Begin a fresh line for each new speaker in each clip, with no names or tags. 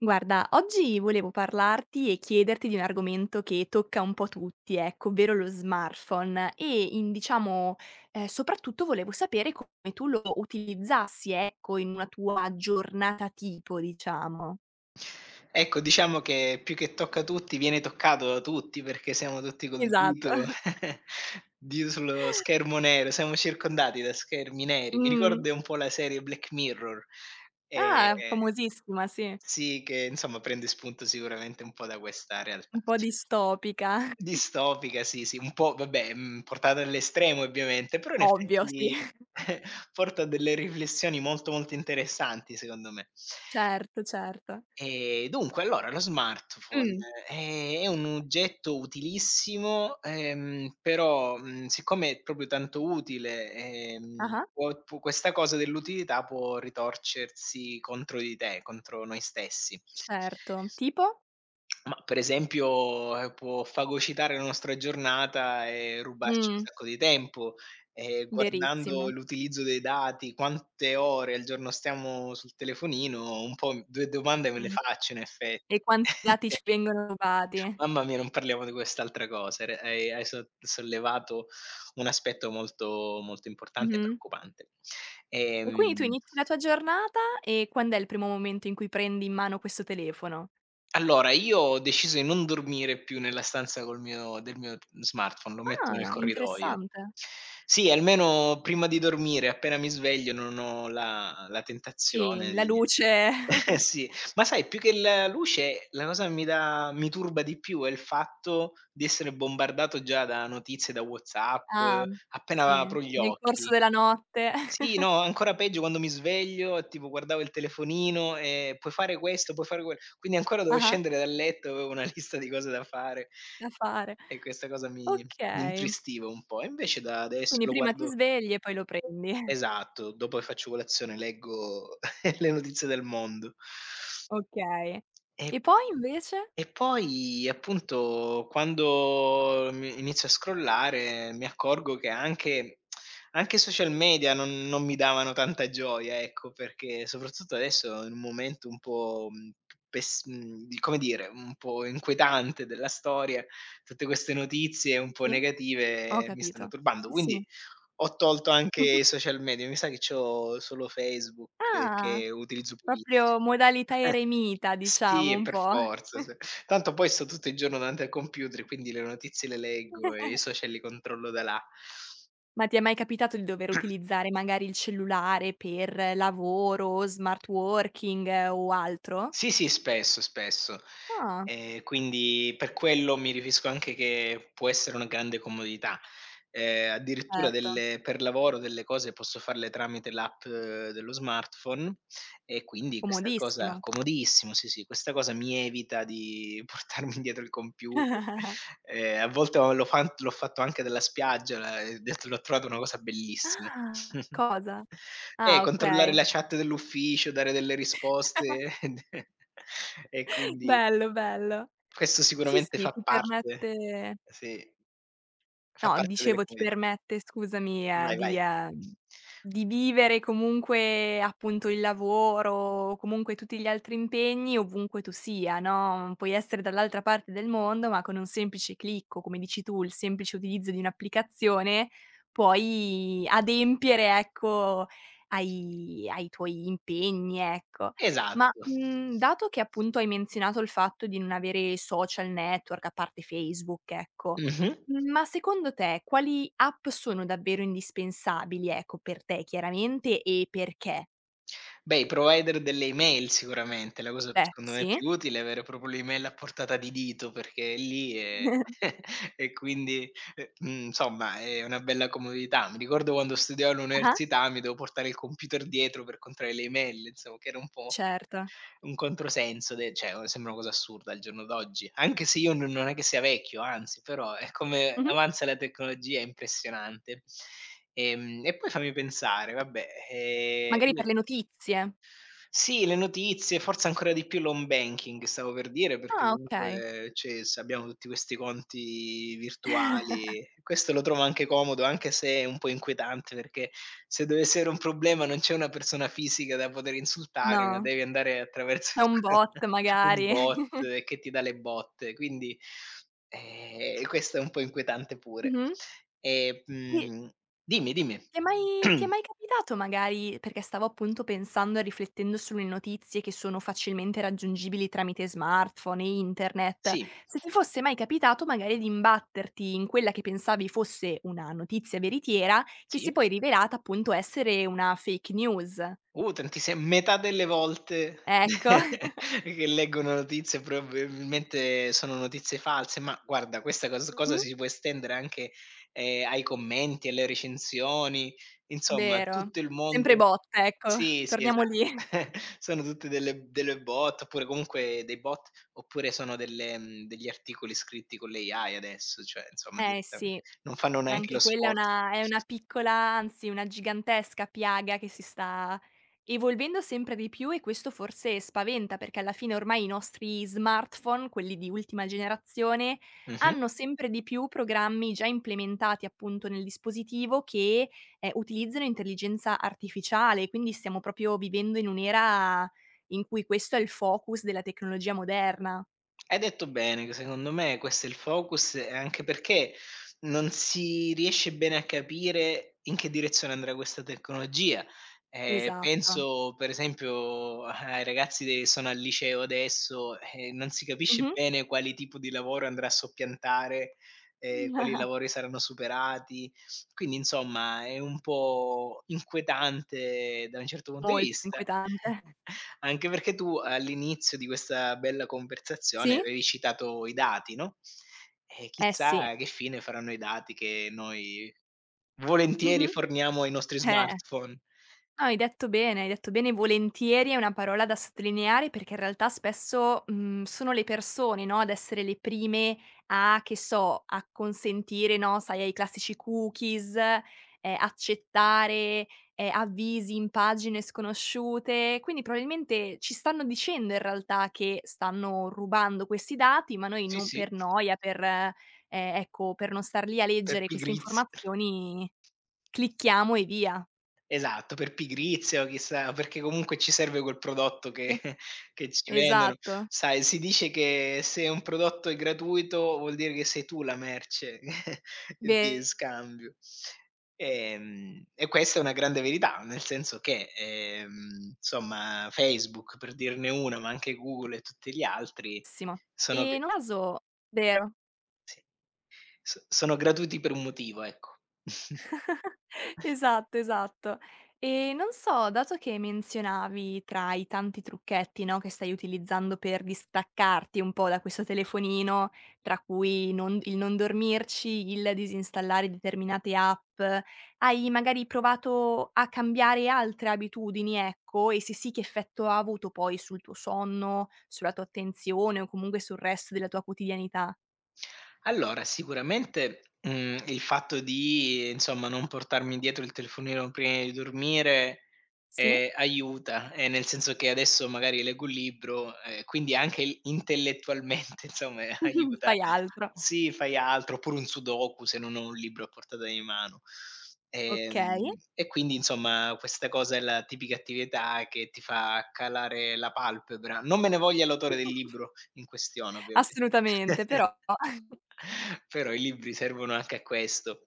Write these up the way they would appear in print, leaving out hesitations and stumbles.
Guarda, oggi volevo parlarti e chiederti di un argomento che tocca un po' tutti, ecco, ovvero lo smartphone e in diciamo, soprattutto volevo sapere come tu lo utilizzassi, ecco, in una tua giornata tipo, diciamo.
Ecco, diciamo che più che tocca a tutti, viene toccato da tutti, perché siamo tutti col
Esatto.
dito dito sullo schermo nero, siamo circondati da schermi neri. Mi
Mh.
ricorda un po' la serie Black Mirror, ehm,
Ah, famosissima, sì.
sì, che insomma prende spunto sicuramente un po' da questa realtà.
Un po' distopica.
Distopica, sì, sì, un po' vabbè, portata all'estremo ovviamente, però in
Ovvio, sì.
effetti porta a delle riflessioni molto, molto interessanti secondo me.
Certo, certo.
Dunque allora lo smartphone
Mh.
è un oggetto utilissimo, però, siccome è proprio tanto utile,
Ah-ah.
può questa cosa dell'utilità può ritorcersi contro di te, contro noi stessi.
Certo. Tipo?
Ma per esempio, può fagocitare la nostra giornata e rubarci un
Mh,
sacco di tempo, guardando
verissimo.
l'utilizzo dei dati, quante ore al giorno stiamo sul telefonino, un po' due domande me le
Mh.
faccio in
E
effetti.
quanti dati ci vengono rubati.
Mamma mia, non parliamo di quest'altra cosa, re hai hai so sollevato un aspetto molto molto importante e
Mh-mh.
preoccupante.
E quindi tu
Ehm
inizi la tua giornata e quand'è il primo momento in cui prendi in mano questo telefono?
Allora, io ho deciso di non dormire più nella stanza col mio del mio smartphone, lo metto nel
Ah,
corridoio.
interessante.
Sì, almeno prima di dormire, appena mi sveglio, non ho la
Sì,
tentazione
la
di
luce.
eh sì, ma sai più che la luce, la cosa che mi turba di più è il fatto di essere bombardato già da notizie, da WhatsApp,
Ah, sì,
appena apro gli
nel corso
occhi.
della notte.
Sì, no, ancora peggio quando mi sveglio e tipo guardavo il telefonino e puoi fare questo, puoi fare quello. Quindi ancora dovevo
Ah-ah,
scendere dal letto, avevo una lista di cose da fare
da fare.
e questa cosa mi
Okay.
intristiva un po'. E invece da adesso
Quindi
lo
prima ti
guardo.
svegli e poi lo prendi.
Esatto, dopo che faccio colazione leggo le notizie del mondo.
Okay.
E
E poi invece?
e poi appunto quando mi inizio a scrollare mi accorgo che anche i social media non mi davano tanta gioia, ecco, perché soprattutto adesso in un momento un po', di come dire, un po' inquietante della storia, tutte queste notizie un po'
Sì? Ho
negative mi stanno
capito.
turbando.
Sì, sì.
Quindi ho tolto anche i social media, mi sa che c'ho solo Facebook
Ah,
che utilizzo
proprio
pochissimo.
modalità eremita diciamo
Sì,
un
per
po'.
forza, s tanto poi sto tutto il giorno davanti al computer, quindi le notizie le leggo e i social li controllo da là.
Ma ti è mai capitato di dover utilizzare magari il cellulare per lavoro, smart working o altro?
Sì, sì, spesso, spesso.
Ah,
Quindi per quello mi riferisco anche che può essere una grande comodità. Addirittura
certo,
delle per lavoro delle cose posso farle tramite l'app dello smartphone e quindi questa cosa
comodissimo.
comodissimo, sì, sì, questa cosa mi evita di portarmi dietro il computer. A volte ho l'ho fan l'ho fatto anche dalla spiaggia, la e detto l'ho trovato una cosa bellissima.
Ah, cosa? Ah,
Controllare
okay.
la chat dell'ufficio, dare delle risposte e quindi
Bello, bello.
questo
Sì,
sicuramente
sì,
fa
ti
parte.
permette
Sì. Fa
No,
parte delle
dicevo ti
comodità.
permette, scusami,
Vai, vai.
di vivere comunque appunto il lavoro, o comunque tutti gli altri impegni ovunque tu sia, no, puoi essere dall'altra parte del mondo, ma con un semplice click o come dici tu, il semplice utilizzo di un'applicazione, puoi adempiere, ecco, ai tuoi impegni, ecco. Ma,
Esatto.
mhmm, dato che appunto hai menzionato il fatto di non avere social network, a parte Facebook, ecco,
Mh-mh.
ma secondo te quali app sono davvero indispensabili, ecco, per te chiaramente e perché?
Beh, i provider delle email sicuramente, la cosa
Beh,
secondo me
sì.
più utile è avere proprio l'email a portata di dito, perché è lì e e quindi, insomma è una bella comodità. Mi ricordo quando studiavo
Ah-ah,
all'università mi dovevo portare il computer dietro per controllare le email, insomma che era un po'
certo.
un controsenso de cioè o sembra una cosa assurda al giorno d'oggi, anche se io non è che sia vecchio, anzi, però è come
Mh-mh.
avanza la tecnologia è impressionante. E poi fammi pensare, vabbè,
Magari
io
per le notizie.
sì, le notizie, forse ancora di più l'home banking stavo per dire, perché
Ah, okay.
comunque, cioè, s abbiamo tutti questi conti virtuali. Questo lo trovo anche comodo, anche se è un po' inquietante, perché se dovesse avere un problema non c'è una persona fisica da poter insultare, ma
No,
devi andare attraverso
è un
il
bot
un
magari.
bot che ti dà le botte. Quindi, questo è un po' inquietante pure.
Mh-mh.
E,
E
mhmm Dimmi, dimmi.
Ti è mai ti è mai capitato magari perché stavo appunto pensando e riflettendo sulle notizie che sono facilmente raggiungibili tramite smartphone e internet,
Sì.
se ti fosse mai capitato magari di imbatterti in quella che pensavi fosse una notizia veritiera, che si è
Sì.
poi rivelata appunto essere una fake news.
Tantissim metà delle volte
Ecco.
che leggo notizie probabilmente sono notizie false, ma guarda questa cosa
Mh-mh.
si può estendere anche, ai commenti, alle recensioni, insomma
Vero.
tutto il
Sempre
mondo.
botte, ecco.
Sì, sì,
Torniamo
esatto.
lì.
Sono tutte delle bot, oppure comunque dei bot, oppure sono degli articoli scritti con l'AI adesso, cioè insomma
Eh
direttamente
sì.
non fanno
Ma
neanche
anche
lo
quella è
sforzo.
una piccola, anzi una gigantesca piaga che si sta evolvendo sempre di più e questo forse spaventa, perché alla fine ormai i nostri smartphone, quelli di ultima generazione,
Mh-mh.
hanno sempre di più programmi già implementati appunto nel dispositivo che, utilizzano intelligenza artificiale, quindi stiamo proprio vivendo in un'era in cui questo è il focus della tecnologia moderna.
Hai detto bene che secondo me questo è il focus e anche perché non si riesce bene a capire in che direzione andrà questa tecnologia.
Esatto.
Penso per esempio ai ragazzi de sono al liceo adesso e non si capisce
Mh-mh.
bene quali tipo di lavoro andrà a soppiantare, quali lavori saranno superati. Quindi insomma è un po' inquietante da un certo punto di
Molto
vista,
inquietante.
anche perché tu all'inizio di questa bella conversazione
Sì?
avevi citato i dati, no, e
Eh sì.
chissà che fine faranno i dati che noi volentieri
Mh-mh.
forniamo ai nostri
Eh.
smartphone.
No, hai detto bene, hai detto bene. "Volentieri" è una parola da sottolineare perché in realtà spesso, mhmm, sono le persone, no, ad essere le prime a che so, a consentire, no, sai, ai classici cookies, accettare, avvisi in pagine sconosciute. Quindi probabilmente ci stanno dicendo in realtà che stanno rubando questi dati, ma noi
Sì,
non
sì,
per noia, per, ecco, per non star lì a
per
leggere queste
pigrizi.
informazioni Clicchiamo e via.
Esatto, per pigrizia o chissà, perché comunque ci serve quel prodotto che che ci vendono.
Esatto.
Sai, si dice che se un prodotto è gratuito vuol dire che sei tu la merce di
Verissimo.
scambio. E questa è una grande verità, nel senso che, insomma, Facebook per dirne una, ma anche Google e tutti gli altri sono
E
gr
in un caso vero.
sì, sono gratuiti per un motivo, ecco.
Esatto, esatto. E non so, dato che menzionavi tra i tanti trucchetti, no, che stai utilizzando per distaccarti un po' da questo telefonino, tra cui non il non dormirci, il disinstallare determinate app, hai magari provato a cambiare altre abitudini, ecco, e se sì, che effetto ha avuto poi sul tuo sonno, sulla tua attenzione o comunque sul resto della tua quotidianità?
Allora, sicuramente, il fatto di, insomma, non portarmi dietro il telefonino prima di dormire,
Sì?
aiuta, nel senso che adesso magari leggo un libro, quindi anche il intellettualmente, insomma, aiuta.
Fai altro.
Sì, fai altro, oppure un sudoku se non ho un libro a portata di mano.
Okay.
E quindi, insomma, questa cosa è la tipica attività che ti fa calare la palpebra. Non me ne voglia l'autore del libro in questione, ovviamente.
Assolutamente, però
Però i libri servono anche a questo.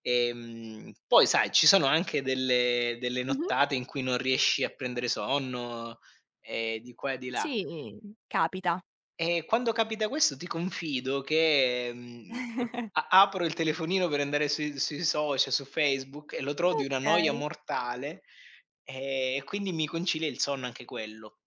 Poi sai, ci sono anche delle
mh-mh.
nottate in cui non riesci a prendere sonno, di qua e di là.
Sì. Capita.
E quando capita questo ti confido che, a apro il telefonino per andare sui social, su Facebook e lo trovo di una noia
Okay.
mortale, e quindi mi concilia il sonno anche quello.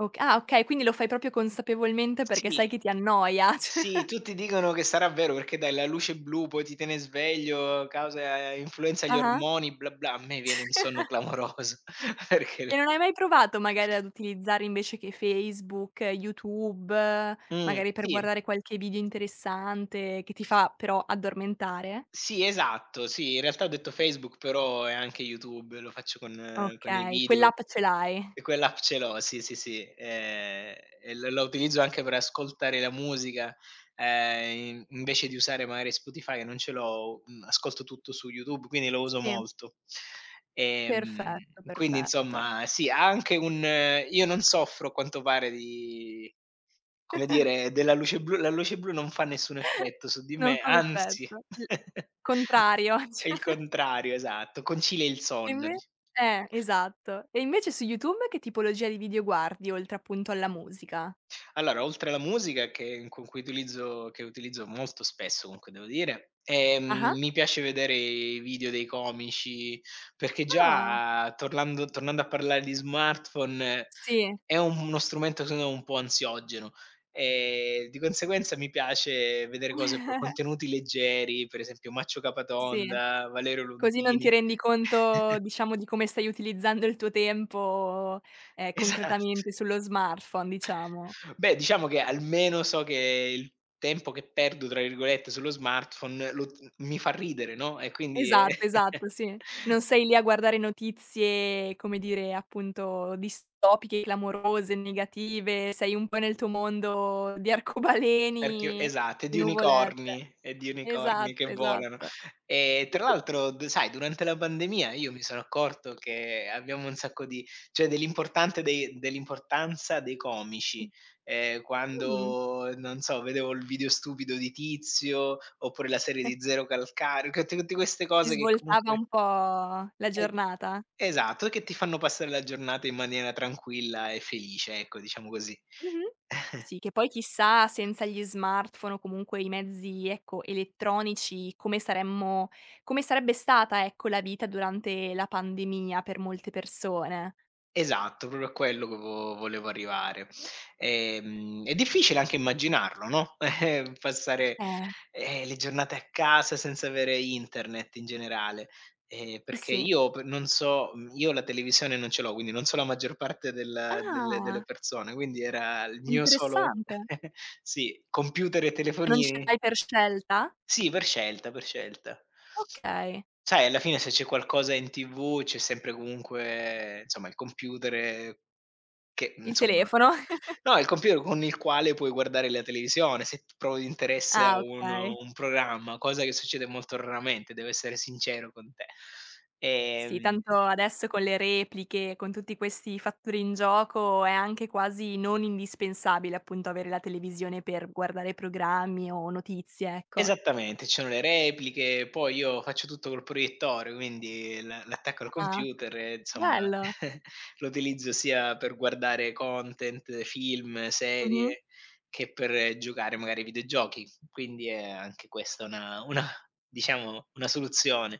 Ok okay, quindi lo fai proprio consapevolmente perché sai
Sì.
che ti annoia. Cioè
Sì, tutti dicono che sarà vero perché dai la luce blu, poi ti tiene sveglio, causa influenza agli
Ah-ah.
ormoni, bla bla. A me viene un sonno clamoroso perché.
E non hai mai provato magari ad utilizzare invece che Facebook, YouTube, magari per
Sì,
guardare qualche video interessante che ti fa però addormentare?
sì, esatto, sì. In realtà ho detto Facebook, però è anche YouTube, lo faccio con i
Okay,
video.
quell'app ce l'hai.
E quell'app ce l'ho, sì, sì, sì, e l la utilizzo anche per ascoltare la musica, in invece di usare magari Spotify che non ce l'ho, ascolto tutto su YouTube, quindi lo uso
Sì,
molto. Ehm,
perfetto,
quindi
perfetto.
insomma sì, ha anche un io non soffro a quanto pare di come dire, della luce blu la luce blu non fa nessun effetto su di
Non
me,
fa
anzi
effetto. Il contrario.
è il contrario, esatto, concilia il
E
sonno
inve
dic
esatto. E invece su YouTube che tipologia di video guardi, oltre appunto alla musica?
Allora, oltre alla musica che utilizzo molto spesso comunque devo dire,
Ah-ah.
mi piace vedere i video dei comici, perché
Ah,
già tornando a parlare di smartphone,
sì.
è un uno strumento secondo me un po' ansiogeno, di conseguenza mi piace vedere cose pro contenuti leggeri, per esempio Maccio
Sì,
Capatonda, Valerio
così non ti
Londini.
rendi conto, diciamo, di come stai utilizzando il tuo tempo,
Esatto.
concretamente sullo smartphone, diciamo.
Beh, diciamo che almeno so che il tempo che "perdo" tra virgolette sullo smartphone lo mi fa ridere, no, e quindi
Esatto, esatto, sì. Non sei lì a guardare notizie, come dire, appunto distopiche, clamorose, negative, sei un po' nel tuo mondo di
perché
arcobaleni,
esatto,
di nuvolette.
è di unicorni che
Esatto,
volano.
esatto.
E tra l'altro d sai durante la pandemia io mi sono accorto che abbiamo un sacco di cioè dell'importanza dei comici.
Mh.
Quando, non so, vedevo il video stupido di Tizio, oppure la serie di Zero Calcare, che tutte queste
Ti
cose che
svoltava
comunque.
un po' la
E
giornata?
esatto, che ti fanno passare la giornata in maniera tranquilla e felice, ecco, diciamo così.
Mh-mh. Sì, che poi chissà senza gli smartphone o comunque i mezzi, ecco, elettronici come sarebbe stata, ecco, la vita durante la pandemia per molte persone.
Esatto, proprio a quello che vo volevo arrivare. È difficile anche immaginarlo, no, passare,
Eh,
le giornate a casa senza avere internet in generale,
sì,
perché
sì.
io p non so io la televisione non ce l'ho, quindi non so la maggior parte delle
Ah,
persone, quindi era il mio solo
interessante.
sì, computer e
Non ce
telefonini.
l'hai per scelta?
Sì, per scelta, per scelta.
Okay.
Sai alla fine se c'è qualcosa in TV c'è sempre comunque insomma il computer che
Il
insomma
telefono.
no, il computer con il quale puoi guardare la televisione, se t provi interesse a
Ah,
un
okay.
un programma, cosa che succede molto raramente, devo essere sincero con te.
Sì,
Ehm
tanto adesso con le repliche, con tutti questi fattori in gioco, è anche quasi non indispensabile, appunto, avere la televisione per guardare programmi o notizie, ecco.
Esattamente, ci sono le repliche, poi io faccio tutto col proiettore, quindi la l'attacco al
Ah,
computer e insomma
bello.
lo utilizzo sia per guardare content, film,
Mh-mh.
serie, che per giocare magari ai videogiochi. Quindi è anche questa una diciamo una soluzione.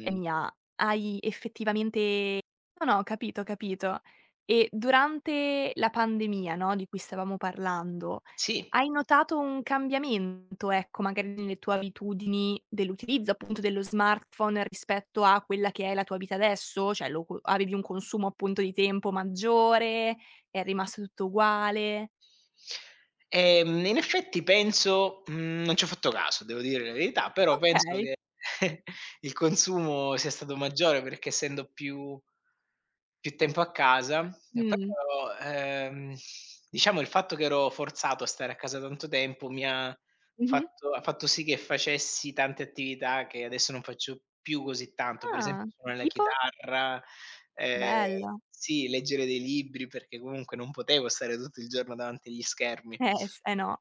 È mia. Hai effettivamente no, no, ho capito, ho capito. E durante la pandemia, no, di cui stavamo parlando,
sì.
hai notato un cambiamento, ecco, magari nelle tue abitudini dell'utilizzo appunto dello smartphone rispetto a quella che è la tua vita adesso? Cioè lo co avevi un consumo appunto di tempo maggiore, è rimasto tutto uguale?
In effetti penso non ci ho fatto caso, devo dire la verità, però penso
Okay.
che il consumo sia stato maggiore perché essendo più tempo a casa, e
Mh.
però, diciamo il fatto che ero forzato a stare a casa tanto tempo mi ha
Mh-mh.
fatto ha fatto sì che facessi tante attività che adesso non faccio più così tanto. Per
Ah,
esempio suono la
tipo?
chitarra, Ehm,
Bella.
sì, leggere dei libri perché comunque non potevo stare tutto il giorno davanti agli schermi.
S eh no.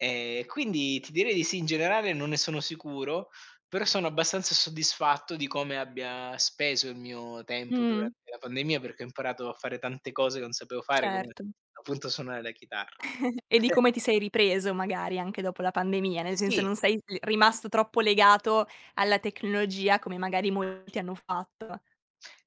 Quindi ti direi di sì, in generale non ne sono sicuro, però sono abbastanza soddisfatto di come abbia speso il mio tempo
Mh,
durante la pandemia, perché ho imparato a fare tante cose che non sapevo fare, come
certo.
appunto suonare la chitarra.
E di come ti sei ripreso magari anche dopo la pandemia, nel senso
Sì.
non sei l rimasto troppo legato alla tecnologia come magari molti hanno fatto.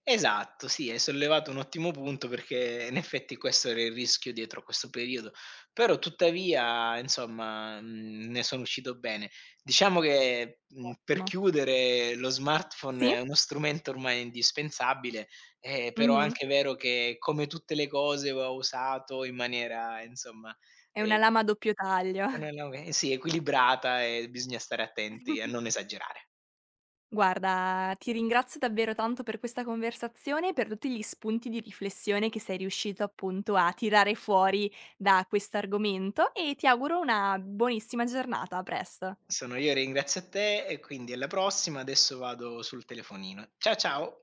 Esatto, sì, hai sollevato un ottimo punto perché in effetti questo era il rischio dietro questo periodo, però tuttavia insomma, ne sono uscito bene. Diciamo che, per
Ottimo.
chiudere lo
Sì,
smartphone è uno strumento ormai indispensabile, però è
mh-mh.
anche vero che come tutte le cose va usato in maniera insomma,
È una
ehm,
lama a doppio taglio.
sì, equilibrata e bisogna stare attenti a non esagerare.
Guarda, ti ringrazio davvero tanto per questa conversazione e per tutti gli spunti di riflessione che sei riuscito appunto a tirare fuori da questo argomento e ti auguro una buonissima giornata. A presto.
Sono io, ringrazio a te e quindi alla prossima. Adesso vado sul telefonino. Ciao.